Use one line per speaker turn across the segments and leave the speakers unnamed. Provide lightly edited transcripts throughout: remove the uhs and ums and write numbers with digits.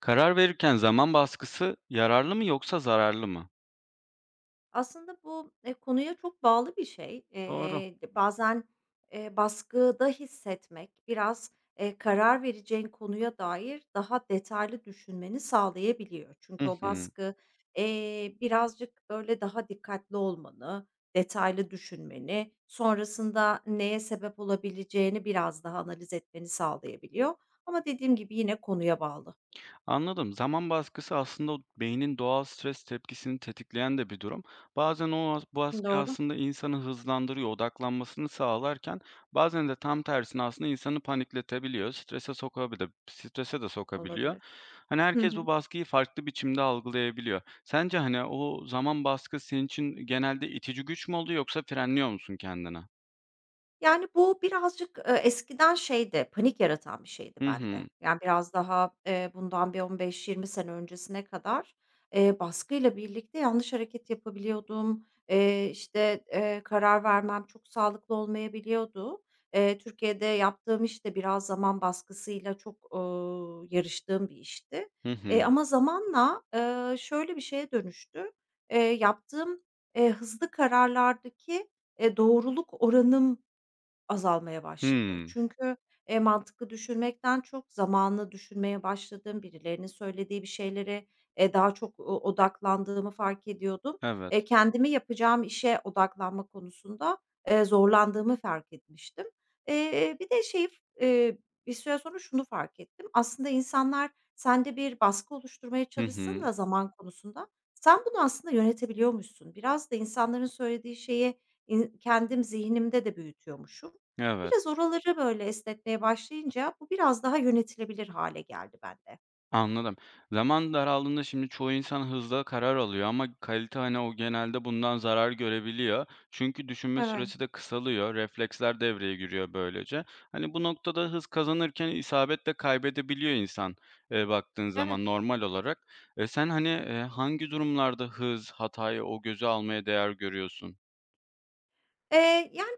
Karar verirken zaman baskısı yararlı mı yoksa zararlı mı?
Aslında bu, konuya çok bağlı bir şey.
Doğru.
Bazen, baskıda hissetmek biraz, karar vereceğin konuya dair daha detaylı düşünmeni sağlayabiliyor.
Hı
Çünkü o
hı.
baskı, birazcık böyle daha dikkatli olmanı, detaylı düşünmeni, sonrasında neye sebep olabileceğini biraz daha analiz etmeni sağlayabiliyor. Ama dediğim gibi yine konuya bağlı.
Anladım. Zaman baskısı aslında beynin doğal stres tepkisini tetikleyen de bir durum. Bazen o baskı
Doğru,
aslında insanı hızlandırıyor, odaklanmasını sağlarken bazen de tam tersine aslında insanı panikletebiliyor, strese sokabilir, strese de sokabiliyor.
olabilir.
Hani
Hı
herkes bu
hı.
baskıyı farklı biçimde algılayabiliyor. Sence hani o zaman baskı senin için genelde itici güç mü oluyor yoksa frenliyor musun kendini?
Yani, bu birazcık, eskiden şeydi, panik yaratan bir şeydi
Hı
bende.
hı.
Yani, biraz daha, bundan bir 15-20 sene öncesine kadar, baskıyla birlikte yanlış hareket yapabiliyordum. İşte, karar vermem çok sağlıklı olmayabiliyordu. Türkiye'de yaptığım iş de biraz zaman baskısıyla çok, yarıştığım bir işti.
Hı hı.
Ama zamanla, şöyle bir şeye dönüştü. Yaptığım, hızlı kararlardaki, doğruluk oranım azalmaya başladı.
Hımm.
Çünkü, mantıklı düşünmekten çok zamanlı düşünmeye başladım. Birilerinin söylediği bir şeylere, daha çok o odaklandığımı fark ediyordum.
Evet.
Kendimi yapacağım işe odaklanma konusunda, zorlandığımı fark etmiştim. Bir de şey, eee, bir süre sonra şunu fark ettim. Aslında insanlar sende bir baskı oluşturmaya
Hı
çalışsın
hı.
da zaman konusunda sen bunu aslında yönetebiliyormuşsun. Biraz da insanların söylediği şeye in kendim zihnimde de büyütüyormuşum.
Evet,
Biraz oraları, böyle, esnetmeye başlayınca bu biraz daha yönetilebilir hale geldi bende.
anladım. Zaman daraldığında şimdi çoğu insan hızla karar alıyor ama kalite, hani, o genelde bundan zarar görebiliyor. Çünkü düşünme
Evet,
süresi de kısalıyor, refleksler devreye giriyor böylece. Hani, bu noktada hız kazanırken isabet de kaybedebiliyor insan, baktığın
evet.
zaman normal olarak. Sen, hani, hangi durumlarda hız, hatayı o göze almaya değer görüyorsun?
Yani,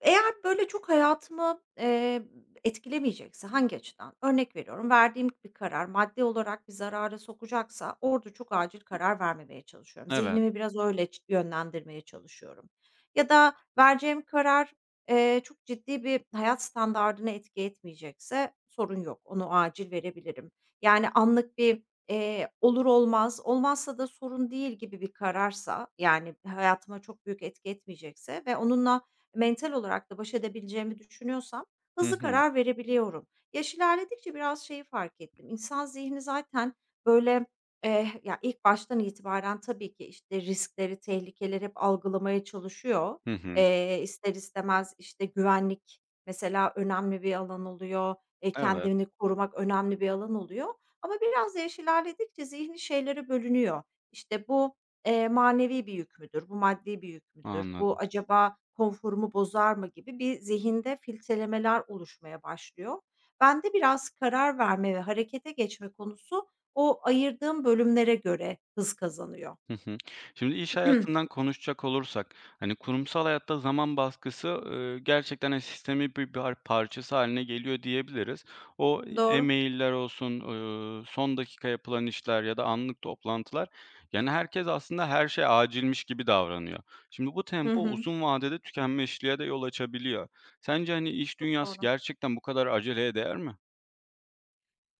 eğer, böyle, çok hayatımı, etkilemeyecekse hangi açıdan? Örnek veriyorum, verdiğim bir karar maddi olarak bir zarara sokacaksa orada çok acil karar vermemeye çalışıyorum.
Evet.
Zihnimi biraz öyle ç yönlendirmeye çalışıyorum. Ya da vereceğim karar, çok ciddi bir hayat standardına etki etmeyecekse sorun yok, onu acil verebilirim. Yani, anlık bir olur olmaz, olmazsa da sorun değil gibi bir kararsa, yani, hayatıma çok büyük etki etmeyecekse ve onunla mental olarak da baş edebileceğimi düşünüyorsam
Hı
hızlı
hı.
karar verebiliyorum. Yaş ilerledikçe biraz şeyi fark ettim. İnsan zihni zaten, böyle, ya, ilk baştan itibaren tabii ki, işte, riskleri, tehlikeleri hep algılamaya çalışıyor.
Hı hı.
İster istemez, işte, güvenlik mesela önemli bir alan oluyor,
Evet,
kendini korumak önemli bir alan oluyor. Ama biraz da yaş ilerledikçe zihni şeylere bölünüyor. İşte bu, manevi bir yük müdür, bu maddi bir yük müdür, bu
anladım.
acaba konforumu bozar mı gibi bir zihinde filtrelemeler oluşmaya başlıyor. Bende biraz karar verme ve harekete geçme konusu o ayırdığım bölümlere göre hız kazanıyor.
Hı hı. Şimdi iş hayatından konuşacak olursak, hani, kurumsal hayatta zaman baskısı, gerçekten, hani, sistemin bir parçası haline geliyor diyebiliriz. O
Doğru.
e-mail'ler olsun, son dakika yapılan işler ya da anlık toplantılar, yani, herkes aslında her şey acilmiş gibi davranıyor. Şimdi bu
Hı
tempo
hı.
uzun vadede tükenmişliğe de yol açabiliyor. Sence, hani, iş
Çok
dünyası
doğru.
gerçekten bu kadar aceleye değer mi?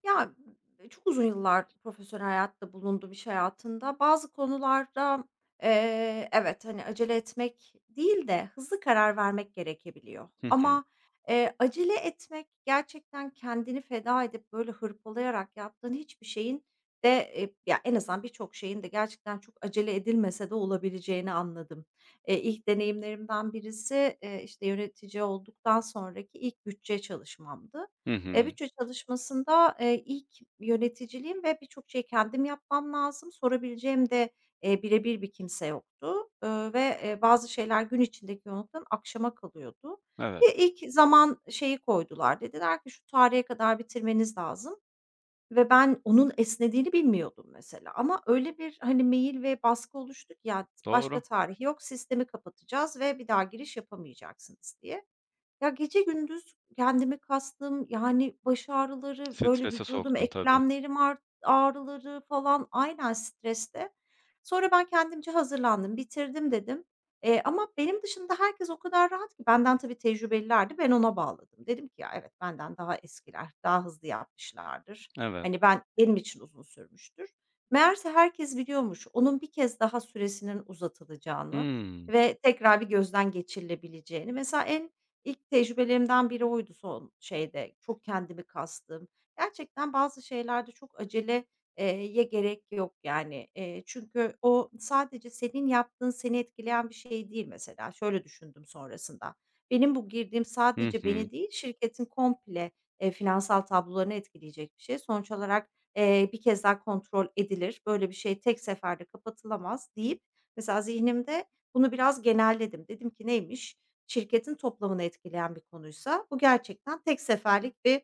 Ya, çok uzun yıllar profesyonel hayatta bulundum, iş hayatında. Bazı konularda, evet, hani, acele etmek değil de hızlı karar vermek gerekebiliyor.
Hı hı.
Ama, acele etmek gerçekten kendini feda edip, böyle, hırpalayarak yaptığın hiçbir şeyin de, ya, en azından birçok şeyin de gerçekten çok acele edilmese de olabileceğini anladım. İlk deneyimlerimden birisi, işte, yönetici olduktan sonraki ilk bütçe çalışmamdı.
Hı hı.
Bütçe çalışmasında, ilk yöneticiliğim ve birçok şeyi kendim yapmam lazım. Sorabileceğim de, bire bir kimse yoktu, ve, bazı şeyler gün içindeki yoğunluktan akşama kalıyordu.
Evet,
Bir ilk zaman şeyi koydular. Dediler ki, "Şu tarihe kadar bitirmeniz lazım." ve ben onun esnediğini bilmiyordum mesela ama öyle bir, hani, mail ve baskı oluştu ki, "Ya, başka
doğru.
tarih yok, sistemi kapatacağız ve bir daha giriş yapamayacaksınız." diye. Ya, gece gündüz kendimi kastım, yani, baş ağrıları, böyle,
Strese
vücudum,
soktun tabii.
eklemlerim art ağrıları falan. Aynen, streste. Sonra ben kendimce hazırlandım, bitirdim dedim. Ama benim dışında herkes o kadar rahat ki benden tabii tecrübelilerdi. Ben ona bağladım. Dedim ki, "Ya, evet, benden daha eskiler, daha hızlı yapmışlardır.
Evet.
Hani, ben benim için uzun sürmüştür." Meğerse herkes biliyormuş onun bir kez daha süresinin uzatılacağını
Hıı.
ve tekrar bir gözden geçirilebileceğini. Mesela en İlk tecrübelerimden biri oydu son şeyde, çok kendimi kastığım. Gerçekten bazı şeylerde çok aceleye gerek yok yani. Çünkü o sadece senin yaptığın seni etkileyen bir şey değil mesela. Şöyle düşündüm sonrasında. Benim bu girdiğim
Hı
sadece
hı.
beni değil, şirketin komple, finansal tablolarını etkileyecek bir şey. Sonuç olarak, bir kez daha kontrol edilir. Böyle bir şey tek seferde kapatılamaz deyip mesela zihnimde bunu biraz genelledim. Dedim ki neymiş? Şirketin toplamını etkileyen bir konuysa bu gerçekten tek seferlik bir,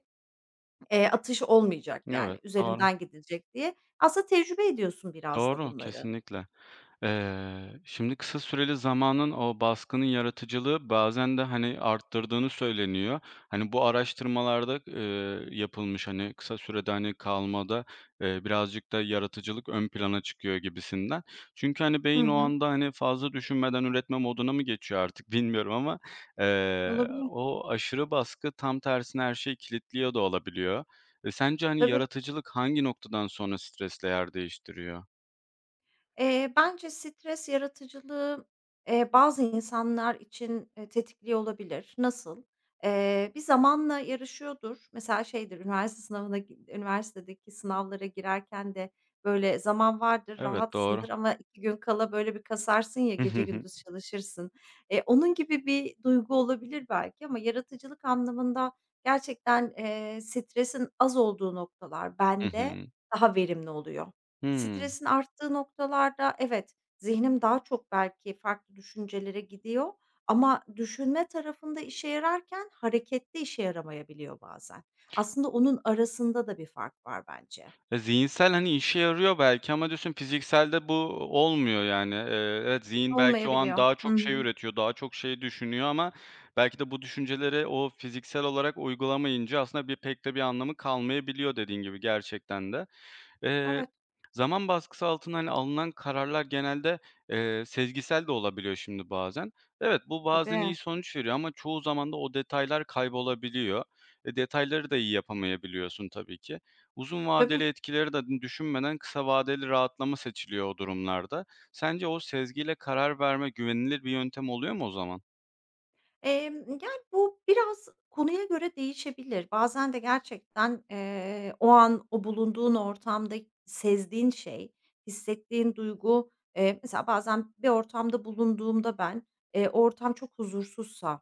atış olmayacak
Evet,
yani
doğru.
üzerinden gidilecek diye. Aslında tecrübe ediyorsun biraz da
Doğru,
bunları.
kesinlikle. Şimdi kısa süreli zamanın o baskının yaratıcılığı bazen de, hani, arttırdığını söyleniyor. Hani, bu araştırmalarda, yapılmış, hani, kısa sürede, hani, kalmada, birazcık da yaratıcılık ön plana çıkıyor gibisinden. Çünkü, hani,
Hı
beyin o
hı.
anda, hani, fazla düşünmeden üretme moduna mı geçiyor artık bilmiyorum ama,
Olabilir.
o aşırı baskı tam tersine her şeyi kilitliyor da olabiliyor. E, sence, hani,
Tabii.
yaratıcılık hangi noktadan sonra stresle yer değiştiriyor?
Bence stres yaratıcılığı, bazı insanlar için, tetikliyor olabilir. Nasıl? Bir zamanla yarışıyordur. Mesela şeydir, üniversite sınavına gi üniversitedeki sınavlara girerken de böyle zaman vardır,
Evet, doğru.
rahatsındır ama 2 gün kala böyle bir kasarsın ya, gece gündüz çalışırsın. Onun gibi bir duygu olabilir belki ama yaratıcılık anlamında gerçekten, stresin az olduğu noktalar
Hı
bende
hı.
daha verimli oluyor.
Hımm.
Stresin arttığı noktalarda evet, zihnim daha çok belki farklı düşüncelere gidiyor ama düşünme tarafında işe yararken harekette işe yaramayabiliyor bazen. Aslında onun arasında da bir fark var bence.
E, zihinsel, hani, işe yarıyor belki ama diyorsun fizikselde bu olmuyor yani. Evet, zihin belki o an
Olmayabiliyor.
daha
Hı
çok şey
hı.
üretiyor, daha çok şey düşünüyor ama belki de bu düşünceleri o fiziksel olarak uygulamayınca aslında bir pek de bir anlamı kalmayabiliyor dediğin gibi gerçekten de. Eee,
Evet,
zaman baskısı altında, hani, alınan kararlar genelde, sezgisel de olabiliyor şimdi bazen. Evet, bu bazen iyi
tabii.
sonuç veriyor ama çoğu zaman da o detaylar kaybolabiliyor. E, detayları da iyi yapamayabiliyorsun tabii ki. Uzun vadeli
Tabii.
etkileri de düşünmeden kısa vadeli rahatlama seçiliyor o durumlarda. Sence o sezgiyle karar verme güvenilir bir yöntem oluyor mu o zaman?
Yani, bu biraz konuya göre değişebilir. Bazen de gerçekten, o an o bulunduğun ortamda sezdiğin şey, hissettiğin duygu, mesela bazen bir ortamda bulunduğumda ben, o ortam çok huzursuzsa.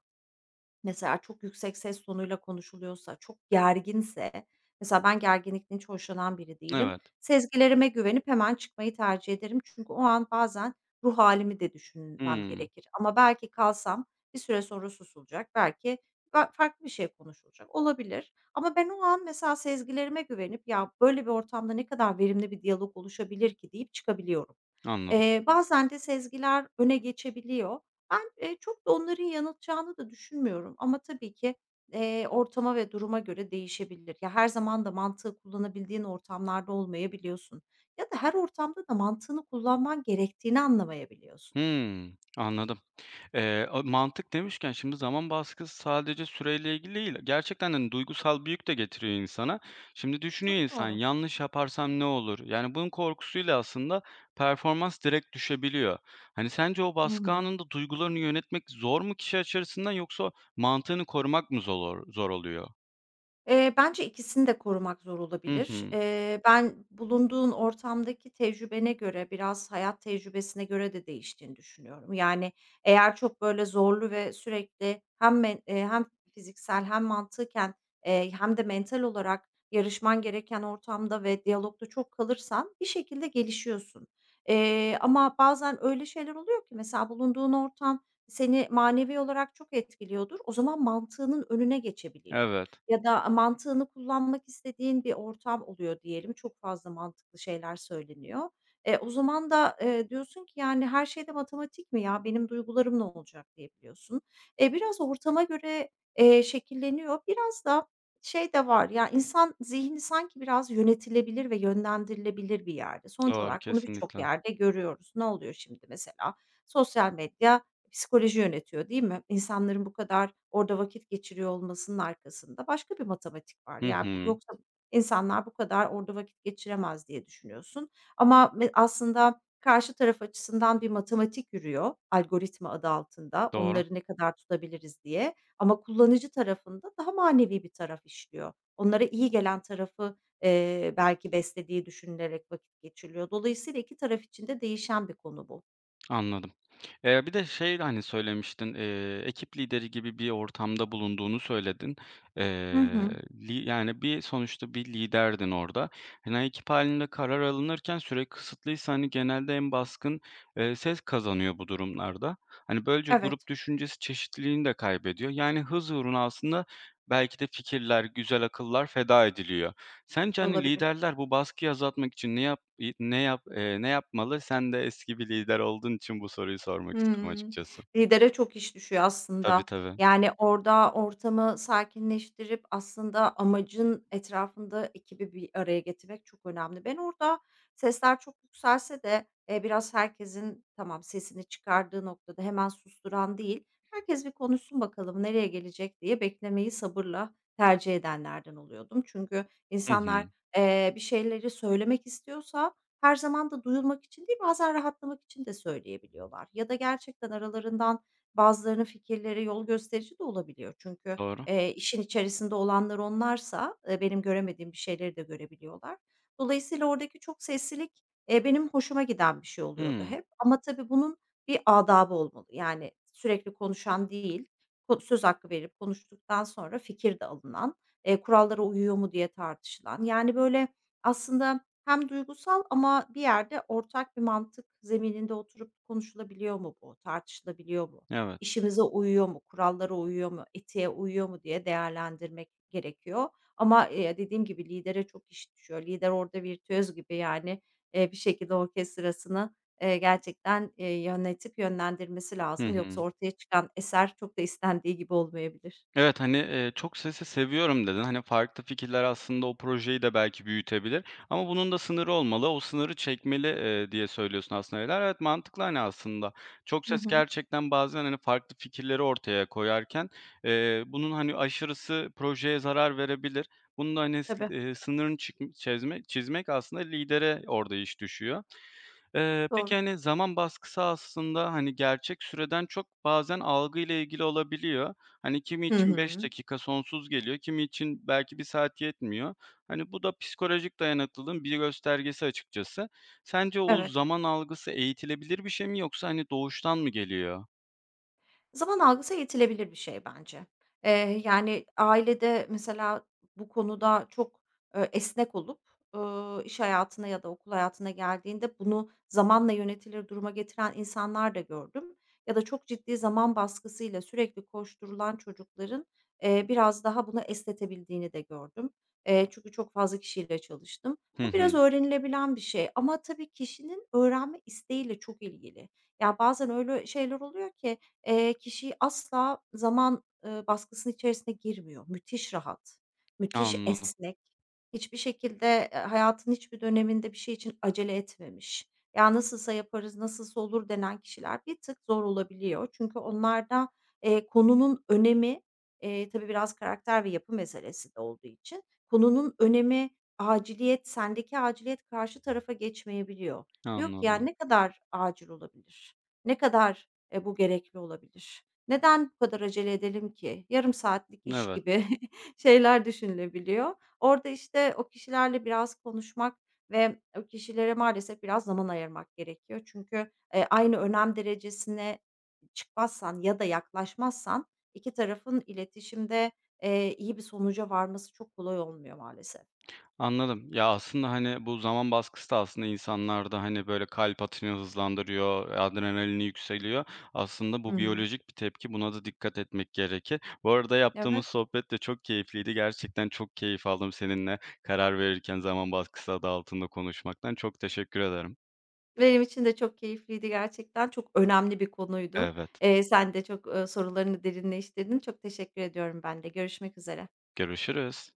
Mesela çok yüksek ses tonuyla konuşuluyorsa, çok gerginse, mesela ben gerginlikten hiç hoşlanan biri değilim.
Evet.
Sezgilerime güvenip hemen çıkmayı tercih ederim. Çünkü o an bazen ruh halimi de düşünmem
Hımm,
gerekir. Ama belki kalsam bir süre sonra susulacak, belki farklı bir şey konuşulacak, olabilir. Ama ben o an mesela sezgilerime güvenip "Ya, böyle bir ortamda ne kadar verimli bir diyalog oluşabilir ki?" deyip çıkabiliyorum.
anladım.
Bazen de sezgiler öne geçebiliyor. Ben, çok da onların yanıltacağını da düşünmüyorum ama tabii ki, ortama ve duruma göre değişebilir. Ya, her zaman da mantığı kullanabildiğin ortamlarda olmayabiliyorsun ya da her ortamda da mantığını kullanman gerektiğini anlamayabiliyorsun.
Hımm, anladım. A mantık demişken şimdi zaman baskısı sadece süreyle ilgili değil. Gerçekten, hani, duygusal büyük de getiriyor insana. Şimdi düşünüyor
Çok
insan,
doğru.
yanlış yaparsam ne olur? Yani bunun korkusuyla aslında performans direkt düşebiliyor. Hani, sence o
Hı
baskı
hı.
anında duygularını yönetmek zor mu kişi açısından yoksa mantığını korumak mı zor oluyor?
Bence ikisini de korumak zor
Hı
olabilir.
hı.
Ben bulunduğun ortamdaki tecrübene göre, biraz hayat tecrübesine göre de değiştiğini düşünüyorum. Yani, eğer çok, böyle, zorlu ve sürekli hem fiziksel hem mantıken, hem de mental olarak yarışman gereken ortamda ve diyalogda çok kalırsan bir şekilde gelişiyorsun. Ama bazen öyle şeyler oluyor ki mesela bulunduğun ortam seni manevi olarak çok etkiliyordur. O zaman mantığının önüne geçebiliyor.
Evet.
Ya da mantığını kullanmak istediğin bir ortam oluyor diyelim, çok fazla mantıklı şeyler söyleniyor. E, o zaman da, diyorsun ki, yani, "Her şey de matematik mi ya, benim duygularım ne olacak?" diyebiliyorsun. E, biraz ortama göre, şekilleniyor. Biraz da şey de var, ya, insan zihni sanki biraz yönetilebilir ve yönlendirilebilir bir yerde. Sonuç
Doğru,
olarak bunu birçok
kesinlikle.
yerde görüyoruz. Ne oluyor şimdi mesela? Sosyal medya psikoloji yönetiyor, değil mi? İnsanların bu kadar orada vakit geçiriyor olmasının arkasında başka bir matematik var.
Hı
Yani, bu
hı.
yoksa insanlar bu kadar orada vakit geçiremez diye düşünüyorsun ama aslında karşı taraf açısından bir matematik yürüyor, algoritma adı altında,
Doğru.
onları ne kadar tutabiliriz diye ama kullanıcı tarafında daha manevi bir taraf işliyor. Onlara iyi gelen tarafı, belki beslediği düşünülerek vakit geçiriliyor. Dolayısıyla 2 taraf için de değişen bir konu bu.
Anladım. Bir de şey, hani, söylemiştin, ekip lideri gibi bir ortamda bulunduğunu söyledin.
Hı
Eee,
hı.
li yani, bir sonuçta bir liderdin orada. Hani, ekip halinde karar alınırken süre kısıtlıysa, hani, genelde en baskın, ses kazanıyor bu durumlarda. Hani, böylece grup
Evet,
düşüncesi çeşitliliğini de kaybediyor. Yani, hız uğruna aslında belki de fikirler, güzel akıllar feda ediliyor. Sence, hani,
olabilir.
liderler bu baskıyı azaltmak için ne yapmalı? Sen de eski bir lider olduğun için bu soruyu sormak istedim
Hımm.
açıkçası.
Lidere çok iş düşüyor
Tabii,
aslında.
tabii.
Yani, orada ortamı sakinleştirip aslında amacın etrafında ekibi bir araya getirmek çok önemli. Ben orada sesler çok yükselse de, biraz herkesin tamam sesini çıkardığı noktada hemen susturan değil, herkes bir konuşsun bakalım nereye gelecek diye beklemeyi sabırla tercih edenlerden oluyordum. Çünkü
Hı hı.
insanlar, bir şeyleri söylemek istiyorsa her zaman da duyulmak için değil, bazen rahatlamak için de söyleyebiliyorlar ya da gerçekten aralarından bazılarının fikirleri yol gösterici de olabiliyor. Çünkü,
Doğru.
işin içerisinde olanlar onlarsa, benim göremediğim bir şeyleri de görebiliyorlar. Dolayısıyla oradaki çok seslilik, benim hoşuma giden bir şey oluyordu
Hımm.
hep ama tabii bunun bir adabı olmalı. Yani sürekli konuşan değil, söz hakkı verip konuştuktan sonra fikir de alınan, kurallara uyuyor mu diye tartışılan, yani, böyle, aslında hem duygusal ama bir yerde ortak bir mantık zemininde oturup konuşulabiliyor mu bu? Tartışılabiliyor mu?
Evet.
İşimize uyuyor mu? Kurallara uyuyor mu? Etiğe uyuyor mu diye değerlendirmek gerekiyor. Ama, dediğim gibi lidere çok iş düşüyor. Lider orada virtüöz gibi yani, bir şekilde orkestrasını, gerçekten, yönetip yönlendirmesi
Hı
lazım.
hı.
Yoksa ortaya çıkan eser çok da istendiği gibi olmayabilir.
Evet, hani, çok sesi seviyorum dedin. Hani, farklı fikirler aslında o projeyi de belki büyütebilir ama bunun da sınırı olmalı. O sınırı çekmeli, diye söylüyorsun aslında Ela. Evet, mantıklı, hani, aslında. Çok
Hı
ses
hı.
gerçekten bazen, hani, farklı fikirleri ortaya koyarken, bunun, hani, aşırısı projeye zarar verebilir. Bunun da, hani, s
Tabii,
sınırını çizmek aslında lidere orada iş düşüyor. Eee,
çok
peki,
doğru.
hani, zaman baskısı aslında, hani, gerçek süreden çok bazen algıyla ilgili olabiliyor. Hani, kimi
Hı
için 5
hı.
dakika sonsuz geliyor, kimi için belki bir saat yetmiyor. Hani, bu da psikolojik dayanıklılığın bir göstergesi açıkçası. Sence o
Evet.
zaman algısı eğitilebilir bir şey mi yoksa, hani, doğuştan mı geliyor?
Zaman algısı eğitilebilir bir şey bence. Yani, ailede mesela bu konuda çok, esnek olup, iş hayatına ya da okul hayatına geldiğinde bunu zamanla yönetilir duruma getiren insanlar da gördüm. Ya da çok ciddi zaman baskısıyla sürekli koşturulan çocukların, biraz daha bunu esnetebildiğini de gördüm. Çünkü çok fazla kişiyle çalıştım.
Hı
Bu biraz
hı.
öğrenilebilen bir şey ama tabii kişinin öğrenme isteğiyle çok ilgili. Ya, bazen öyle şeyler oluyor ki kişi asla zaman, baskısının içerisine girmiyor. Müthiş rahat, müthiş
Anladım,
esnek, hiçbir şekilde, hayatının hiçbir döneminde bir şey için acele etmemiş. "Ya, nasılsa yaparız, nasılsa olur." denen kişiler bir tık zor olabiliyor. Çünkü onlarda, konunun önemi, tabii biraz karakter ve yapı meselesi de olduğu için konunun önemi, aciliyet, sendeki aciliyet karşı tarafa geçmeyebiliyor. Diyor ki, "Ya,
anladım.
ne kadar acil olabilir? Ne kadar bu gerekli olabilir. Neden bu kadar acele edelim ki? Yarım saatlik iş
Evet.
gibi." şeyler düşünülebiliyor. Orada, işte, o kişilerle biraz konuşmak ve o kişilere maalesef biraz zaman ayırmak gerekiyor. Çünkü, aynı önem derecesine çıkmazsan ya da yaklaşmazsan 2 tarafın iletişimde, iyi bir sonuca varması çok kolay olmuyor maalesef.
Anladım. Ya, aslında, hani, bu zaman baskısı da aslında insanlarda, hani, böyle, kalp atışını hızlandırıyor, adrenalini yükseliyor. Aslında
Hı
bu
hı.
biyolojik bir tepki. Buna da dikkat etmek gerekir. Bu arada yaptığımız
Evet.
sohbet de çok keyifliydi. Gerçekten çok keyif aldım seninle karar verirken zaman baskısı adı altında konuşmaktan. Çok teşekkür ederim.
Benim için de çok keyifliydi gerçekten. Çok önemli bir konuydu.
Evet.
Sen de çok, sorularını derinleştirdin. Çok teşekkür ediyorum ben de. Görüşmek üzere.
Görüşürüz.